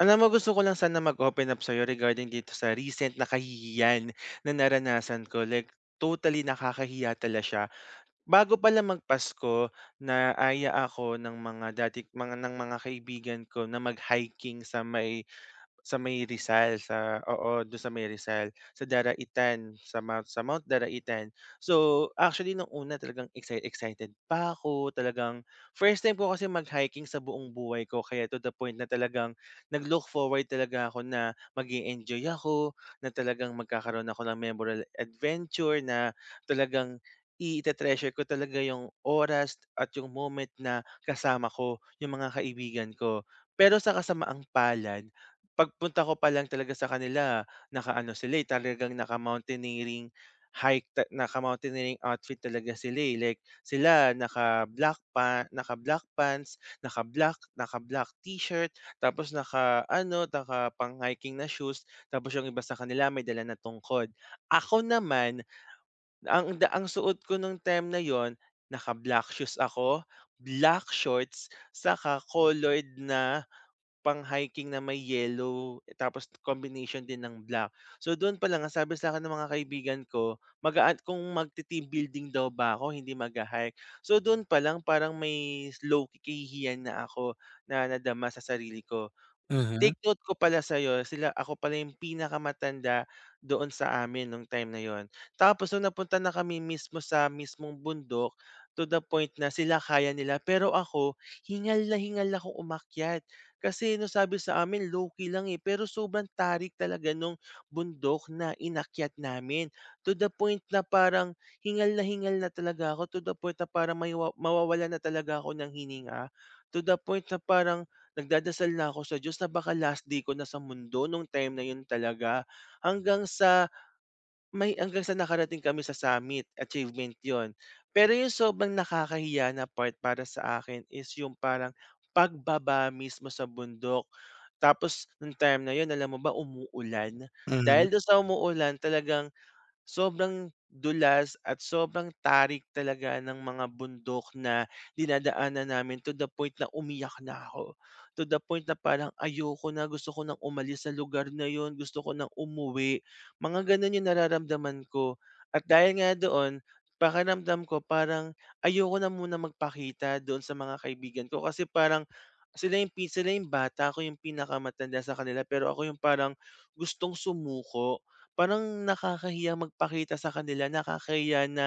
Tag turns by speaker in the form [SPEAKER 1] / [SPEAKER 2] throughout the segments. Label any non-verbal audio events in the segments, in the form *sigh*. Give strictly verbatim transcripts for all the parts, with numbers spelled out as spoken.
[SPEAKER 1] Alam mo, gusto ko lang sana mag-open up sa'yo regarding dito sa recent na kahihiyan na naranasan ko, like totally nakakahiya tala siya. Bago pala magpasko, naaya ako ng mga dati mga ng mga kaibigan ko na mag-hiking sa may sa may Rizal, sa oo, do sa may Rizal, sa Daraitan, sa Mount sa Mount Daraitan. So, actually nung una talagang excited excited pa ako, talagang first time ko kasi mag-hiking sa buong buhay ko kaya to the point na talagang nag-look forward talaga ako na mag enjoy ako, na talagang magkakaroon ako ng memorable adventure na talagang i treasure ko talaga yung oras at yung moment na kasama ko yung mga kaibigan ko. Pero sa kasamaang palad, pagpunta ko pa lang talaga sa kanila, naka-ano sila, eh, talagang naka-mountaineering hike ta naka-mountaineering outfit talaga sila, eh. Like sila naka-black pa naka-black pants, naka-black naka-black t-shirt, tapos naka-ano, naka-pang-hiking na shoes, tapos yung iba sa kanila may dala na tungkod. Ako naman, ang da ang suot ko nung time na yon, naka-black shoes ako, black shorts, saka colored na pang-hiking na may yellow, eh, tapos combination din ng black. So doon pa lang ang sabi sa'kin ng mga kaibigan ko, mag kung magte-team building daw ba ako, hindi magha-hike. So doon pa lang parang may low-key na ako na nadama sa sarili ko.
[SPEAKER 2] Mhm,
[SPEAKER 1] Take note ko pala sa'yo, sila ako pala yung pinakamatanda doon sa amin nung time na yon. Tapos nung napunta na kami mismo sa mismong bundok, to the point na sila kaya nila pero ako hingal na hingal ako umakyat. Kasi nung sabi sa amin low-key lang, eh, pero sobrang tarik talaga nung bundok na inakyat namin. To the point na parang hingal na hingal na talaga ako, to the point na parang may mawawala na talaga ako ng hininga. To the point na parang nagdadasal na ako sa Diyos na baka last day ko na sa mundo nung time na 'yun talaga, hanggang sa may hanggang sa nakarating kami sa summit, achievement yon. Pero 'yung sobrang nakakahiya na part para sa akin is 'yung parang pagbaba mismo sa bundok. Tapos nung time na 'yun, alam mo ba, umuulan.
[SPEAKER 2] mhm.
[SPEAKER 1] Dahil dun sa umuulan, talagang sobrang dulas at sobrang tarik talaga ng mga bundok na dinadaanan namin, to the point na umiyak na ako. To the point na parang ayoko na, gusto ko nang umalis sa lugar na yon, gusto ko nang umuwi. Mga ganun yung nararamdaman ko. At dahil nga doon, pakiramdam ko parang ayoko na muna magpakita doon sa mga kaibigan ko kasi parang sila yung, pi- sila yung bata, ako yung pinakamatanda sa kanila pero ako yung parang gustong sumuko. Parang nakakahiya magpakita sa kanila, nakakahiya na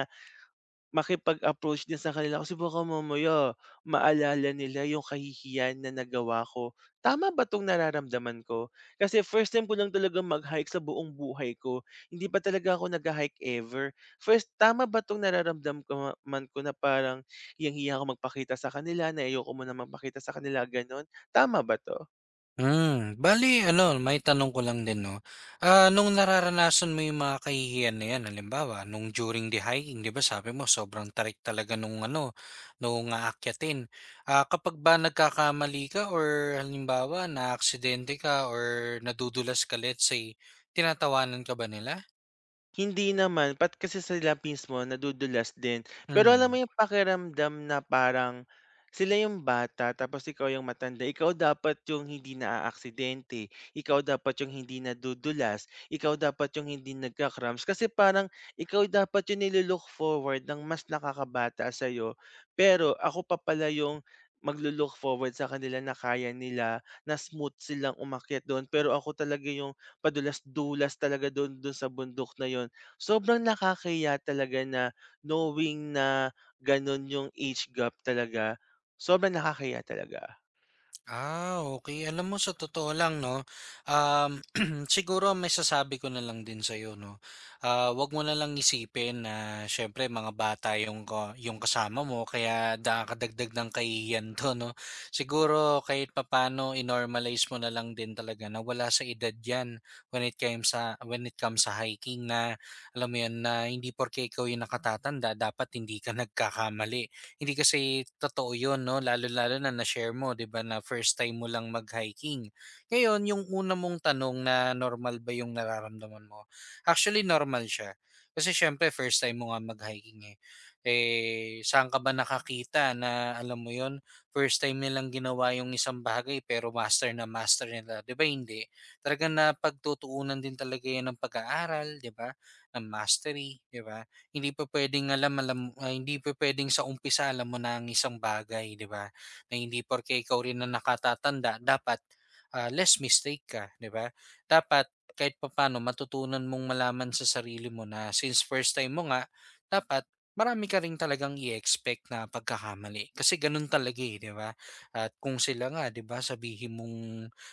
[SPEAKER 1] makipag-approach din sa kanila kasi baka mamaya maalala nila yung kahihiyan na nagawa ko. Tama ba 'tong nararamdaman ko? Kasi first time ko lang talagang mag-hike sa buong buhay ko, hindi pa talaga ako nagha-hike ever. First tama ba 'tong nararamdam ko ma- man ko na parang hiyang-hiya ako magpakita sa kanila, na ayoko munang magpakita sa kanila, gano'n? Tama ba 'to?
[SPEAKER 2] Hmm, bale ano, may tanong ko lang din 'no, ah, nung nararanasan mo yung mga kahihiyan na yan halimbawa nung during the hiking 'di ba sabi mo sobrang tarik talaga nung ano, nung aakyatin. Ah, kapag ba nagkakamali ka or halimbawa naaksidente ka or nadudulas ka let's say, tinatawanan ka ba nila?
[SPEAKER 1] Hindi naman, ba't kasi sila mismo nadudulas din. Pero alam
[SPEAKER 2] Hmm.
[SPEAKER 1] mo yung pakiramdam na parang sila yung bata tapos ikaw yung matanda, ikaw dapat yung hindi naaaksidente, ikaw dapat yung hindi nadudulas, ikaw dapat yung hindi nagka-cramps. Kasi parang ikaw dapat yung nilo-look forward ng mas nakakabata sa'yo, pero ako pa pala yung maglo-look forward sa kanila na kaya nila, na smooth silang umakyat do'n pero ako talaga yung padulas-dulas talaga dun dun sa bundok na yon. Sobrang nakakahiya talaga na knowing na ganun yung age gap talaga, sobrang nakakahiya talaga.
[SPEAKER 2] Ah, okay. Alam mo sa totoo lang 'no, um, *clears throat* siguro ang masasabi ko na lang din sa'yo 'no, ah, 'wag mo na lang isipin na siyempre mga bata yung ka yung kasama mo kaya nakakadagdag ng kahihiyan 'to 'no. Siguro kahit papano i mo na lang din talaga na wala sa edad 'yan when it came sa when it comes sa hiking na alam mo 'yun, na hindi porke ikaw yung nakatatanda dapat hindi ka nagkakamali. Hindi kasi totoo yun 'no, lalo-lalo na na-share mo 'di ba na first time mo lang mag-hiking. Ngayon yung una mong tanong na normal ba yung nararamdaman mo, actually normal siya. Kasi siyempre first time mo nga mag-hiking, eh. Eh, saan ka ba nakakita na alam mo yon first time nilang ginawa yung isang bagay pero master na master nila, 'di ba hindi? Talagang napagtutuunan din talaga yan ng pag-aaral 'di ba, ng mastery 'di ba? Hindi pa puwedeng alam alam ah, hindi pa puwedeng sa umpisa alam mo na ang isang bagay, 'di ba? Na hindi porke ikaw rin ang nakatatanda dapat, ah, less mistake ka, 'di ba? Dapat kahit papaano matutunan mong malaman sa sarili mo na since first time mo nga, dapat marami ka rin talagang i-expect na pagkakamali. Kasi gano'n talaga, eh, 'di ba? At kung sila nga, 'di ba, sabihin mong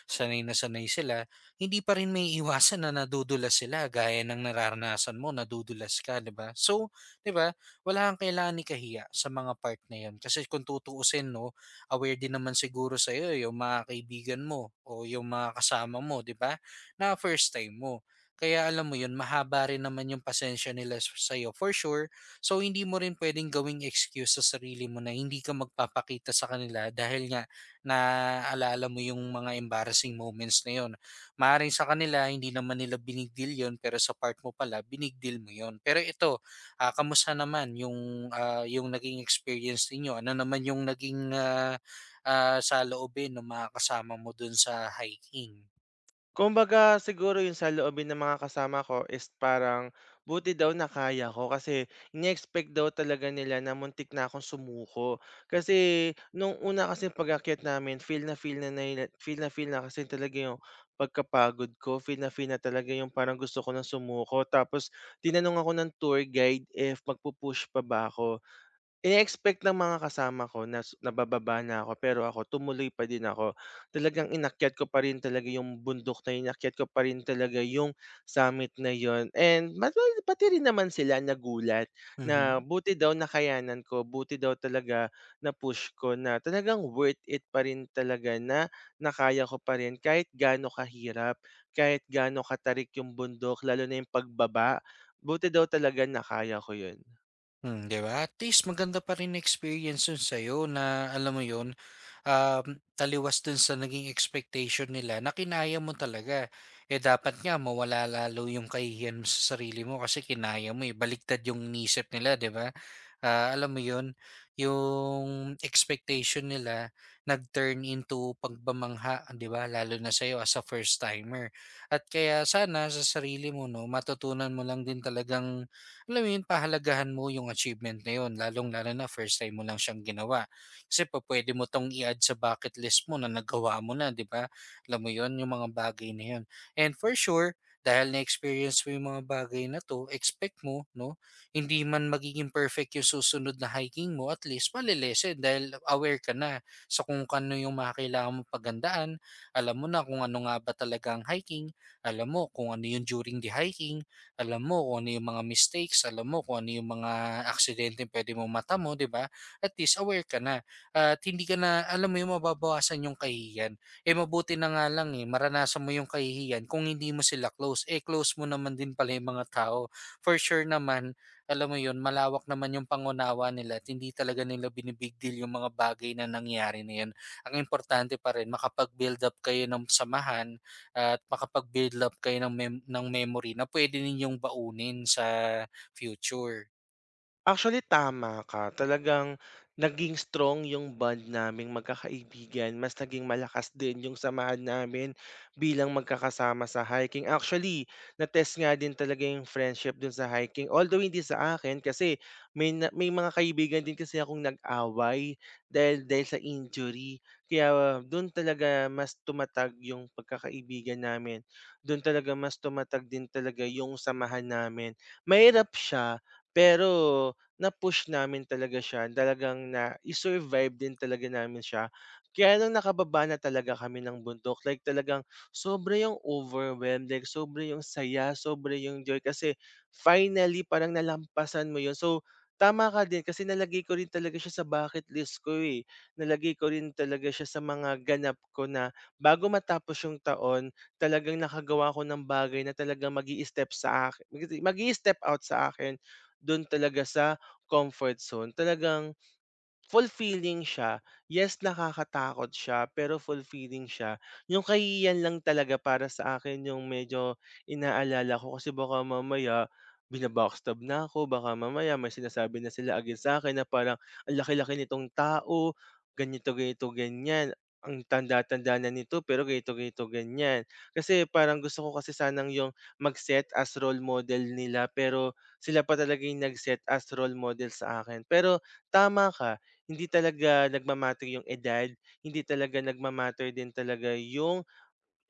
[SPEAKER 2] sanay na sanay sila hindi pa rin may iwasan na nadudulas sila gaya ng nararanasan mo, nadudulas ka, 'di ba? So, 'di ba, wala kang kailangan ikahiya sa mga part na 'yon kasi kung tutuusin, 'no, aware din naman siguro sa'yo eh, yung mga kaibigan mo o yung mga kasama mo, 'di ba, na first time mo. Kaya alam mo 'yun, mahaba rin naman yung pasensya nila s sa'yo for sure. So, hindi mo rin pwedeng gawing excuse sa sarili mo na hindi ka magpapakita sa kanila dahil nga naalala mo yung mga embarrassing moments na 'yun. Maaaring sa kanila hindi naman nila binigdil yon pero sa part mo pala binigdil mo yon. Pero ito, ah, kamusta naman yung, ah, yung naging experience ninyo? Ano naman yung naging, ah, ah, saloobin ng mga kasama mo dun sa hiking?
[SPEAKER 1] Kumbaga siguro yung saloobin ng mga kasama ko is parang buti daw na kaya ko kasi ini-expect daw talaga nila na muntik na akong sumuko. Kasi nung una kasi pag-akyat namin feel na feel na nila feel na feel na kasi talaga yung pagkapagod ko, feel na feel na talaga yung parang gusto ko na sumuko. Tapos tinanong ako ng tour guide if magpupush pa ba ako. Ine-expect ng mga kasama ko na s nabababa na ako, pero ako tumuloy pa din ako. Talagang inakyat ko pa rin talaga yung bundok na yun, inakyat ko pa rin talaga yung summit na yun and ma well, pati rin naman sila nagulat na
[SPEAKER 2] Mhm.
[SPEAKER 1] buti daw nakayanan ko, buti daw talaga na-push ko na talagang worth it pa rin talaga na nakaya ko pa rin kahit gaano kahirap, kahit gaano katarik yung bundok lalo na yung pagbaba, buti daw talaga nakaya ko yun.
[SPEAKER 2] Hmm, 'di ba? At least maganda pa rin na experience yun sa'yo na alam mo yun, um, taliwas dun sa naging expectation nila na kinaya mo talaga. Eh dapat nga mawala lalo yung kahihiyan mo sa sarili mo kasi kinaya mo eh. Baliktad yung inisip nila, 'di ba? Ah, alam mo 'yun, yung expectation nila nag-turn into pagbamangha, 'di ba? Lalo na sa'yo as a first timer. At kaya sana sa sarili mo 'no, matutunan mo lang din talagang alam mo 'yun, pahalagahan mo yung achievement na 'yun, lalong-lalo na first time mo lang siyang ginawa. Kasi pupuwede mo 'tong i-add sa bucket list mo na nagawa mo na, 'di ba? Alam mo 'yun, yung mga bagay na 'yun. And for sure, dahil na-experience mo yung mga bagay na 'to, expect mo 'no hindi man magiging perfect yung susunod na hiking mo, at least malilesen dahil aware ka na sa kung kano yung mga kailangan mong paghandaan. Alam mo na kung ano nga ba talaga ang hiking, alam mo kung ano yung during the hiking, alam mo kung ano yung mga mistakes, alam mo kung ano yung mga aksidente pwede mo mata mo, di ba? At least aware ka na. At hindi ka na, alam mo yung mababawasan yung kahihiyan. Eh mabuti na nga lang eh, maranasan mo yung kahihiyan kung hindi mo sila close. Eh close mo naman din pala yung mga tao. For sure naman, alam mo yun, malawak naman yung pangunawa nila at hindi talaga nila bini deal yung mga bagay na nangyari na yun. Ang importante pa rin, makapag-build up kayo ng samahan at makapag-build up kayo ng, mem- ng memory na pwede ninyong baunin sa future.
[SPEAKER 1] Actually, tama ka. Talagang naging strong yung bond naming magkakaibigan. Mas naging malakas din yung samahan namin bilang magkakasama sa hiking. Actually, na-test nga din talaga yung friendship dun sa hiking. Although hindi sa akin kasi may, na- may mga kaibigan din kasi akong nag-away dahil, dahil sa injury. Kaya doon talaga mas tumatag yung pagkakaibigan namin. Doon talaga mas tumatag din talaga yung samahan namin. Mahirap siya, pero na-push namin talaga siya, talagang nai-survive din talaga namin siya. Kaya nung nakababa na talaga kami ng bundok, like talagang sobra yung overwhelmed, like sobra yung saya, sobra yung joy kasi finally parang nalampasan mo yun. So, tama ka din kasi nalagay ko rin talaga siya sa bucket list ko eh. Nalagay ko rin talaga siya sa mga ganap ko na bago matapos yung taon, talagang nakagawa ko ng bagay na talagang magi step sa akin, magi step out sa akin doon talaga sa comfort zone talagang. Fulfilling siya. Yes, nakakatakot siya, pero fulfilling siya. Yung kay yan lang talaga para sa akin yung medyo inaalala ko kasi baka mamaya bina-backstab na ako, baka mamaya may sinasabi na sila against sa'kin na parang, "Ang laki-laki nitong tao, ganito, ganito, ganyan. Ang tanda-tanda na nito pero ganito, ganito, ganyan." Kasi parang gusto ko kasi sanang yung mag-set as role model nila pero sila pa talaga yung nag-set as role model sa akin. Pero tama ka, hindi talaga nagma yung edad, hindi talaga nagma din talaga yung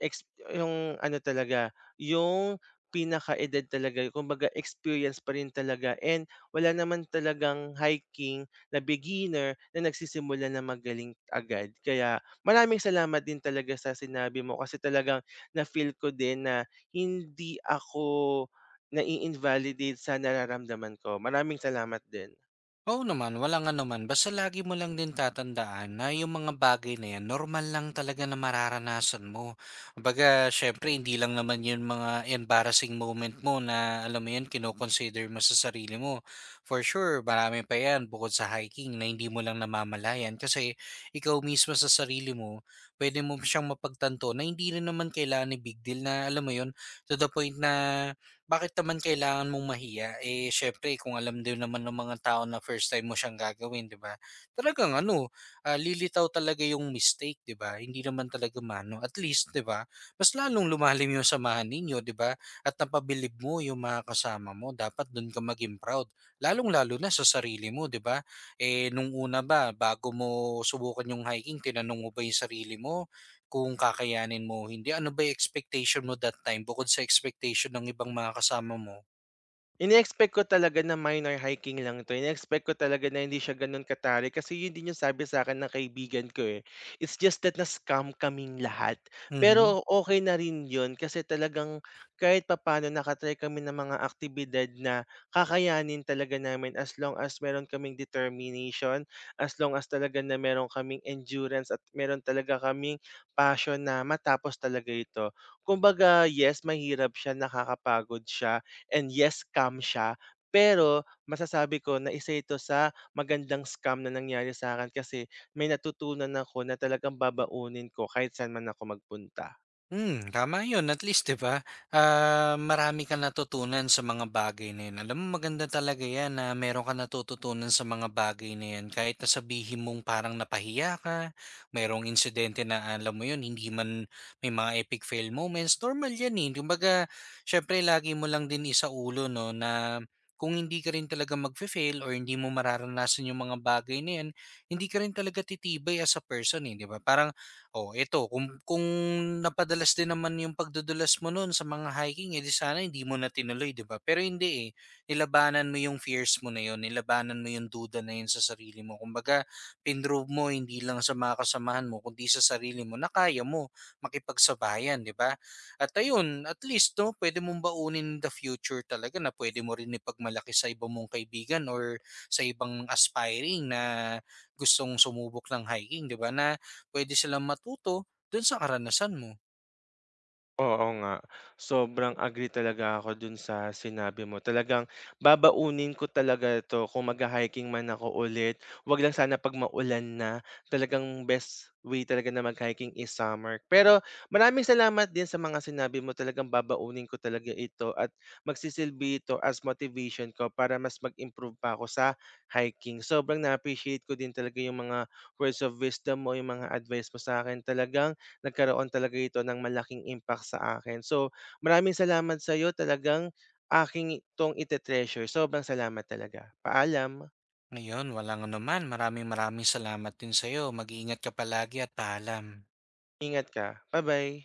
[SPEAKER 1] ex yung ano talaga, yung pinaka edad talaga, kumbaga experience pa rin talaga and wala naman talagang hiking na beginner na nagsisimula na magaling agad. Kaya maraming salamat din talaga sa sinabi mo kasi talagang na-feel ko din na hindi ako nai-invalidate sa nararamdaman ko. Maraming salamat din.
[SPEAKER 2] Oo naman, wala nga naman. Basta lagi mo lang din tatandaan na yung mga bagay na yan, normal lang talaga na mararanasan mo. Baga syempre, hindi lang naman yun mga embarrassing moment mo na, alam mo yun, kinoconsider mo sa sarili mo. For sure, marami pa yan bukod sa hiking na hindi mo lang namamalayan. Kasi ikaw mismo sa sarili mo, pwede mo siyang mapagtanto na hindi rin naman kailangan ni big deal na, alam mo yun, to the point na bakit naman kailangan mong mahiya? Eh, siyempre kung alam din naman ng mga tao na first time mo siyang gagawin, 'di ba? Talagang ano, ah, lilitaw talaga yung mistake, 'di ba? Hindi naman talaga mano. At least, 'di ba? Mas lalong lumalim yung samahan ninyo, 'di ba? At napabilib mo yung mga kasama mo. Dapat doon ka maging proud. Lalong-lalo na sa sarili mo, 'di ba? Eh nung una ba bago mo subukan yung hiking, tinanong mo ba yung sarili mo? Kung kakayanin mo o hindi, ano ba yung expectation mo that time bukod sa expectation ng ibang mga kasama mo?
[SPEAKER 1] Ini expect ko talaga na minor hiking lang 'to, ini expect ko talaga na hindi siya gano'n katari kasi 'yun din yung sabi sa'kin ng kaibigan ko, eh. It's just that na-scam kaming lahat.
[SPEAKER 2] Mhm.
[SPEAKER 1] Pero okey na rin 'yun kasi talagang kahit papaano naka-try kami ng mga aktibidad na kakayanin talaga namin as long as meron kaming determination, as long as talaga na meron kaming endurance at meron talaga kaming passion na matapos talaga ito. Kumbaga yes, mahirap siya, nakakapagod siya, and yes, scam siya. Pero masasabi ko na isa ito sa magandang scam na nangyari sa akin kasi may natutunan ako na talagang babaunin ko kahit saan man ako magpunta.
[SPEAKER 2] Hmm, tama 'yun at least 'di ba, ah, marami kang natutunan sa mga bagay na 'yun. Alam mo maganda talaga 'yan na meron kang natututunan sa mga bagay na 'yan kahit na sabihin mong parang napahiya ka, merong insidente na alam mo 'yun hindi man may mga epic fail moments, normal 'yan, eh. Kumbaga siyempre lagi mo lang din isaulo 'no na kung hindi ka rin talaga mag fail or hindi mo mararanasan yung mga bagay na 'yan, hindi ka rin talaga titibay as a person, eh, 'di ba? Parang Oh, eto kung kung napadalas din naman yung pagdudulas mo nun sa mga hiking, edi di sana hindi mo na tinuloy, 'di ba? Pero hindi, eh, nilabanan mo yung fears mo na yun, nilabanan mo yung duda na yun sa sarili mo. Kumbaga, pinrove mo hindi lang sa mga kasamahan mo, kundi sa sarili mo na kaya mo makipagsabayan, 'di ba? At ayun, at least 'no, pwede mong baunin in the future talaga na pwede mo rin ipagmalaki sa iba mong kaibigan or sa ibang aspiring na gustong sumubok ng hiking, 'di ba? Na puwede silang matuto do'n sa karanasan mo.
[SPEAKER 1] Oo nga, sobrang agree talaga ako dun sa sinabi mo. Talagang babaunin ko talaga ito kung magha-hiking man ako ulit. Wag lang sana 'pag maulan na. Talagang best way talaga na mag-hiking is summer. Pero maraming salamat din sa mga sinabi mo. Talagang babaunin ko talaga ito at magsisilbi ito as motivation ko para mas mag-improve pa ako sa hiking. Sobrang na-appreciate ko din talaga yung mga words of wisdom mo, yung mga advice mo sa akin. Talagang nagkaroon talaga ito ng malaking impact sa akin. So, maraming salamat sa iyo talagang aking 'tong ite-treasure. Sobrang salamat talaga. Paalam,
[SPEAKER 2] Ayun, walang anuman. Maraming maraming salamat din sa'yo. Mag-iingat ka palagi at paalam.
[SPEAKER 1] ingat ka. Bye bye.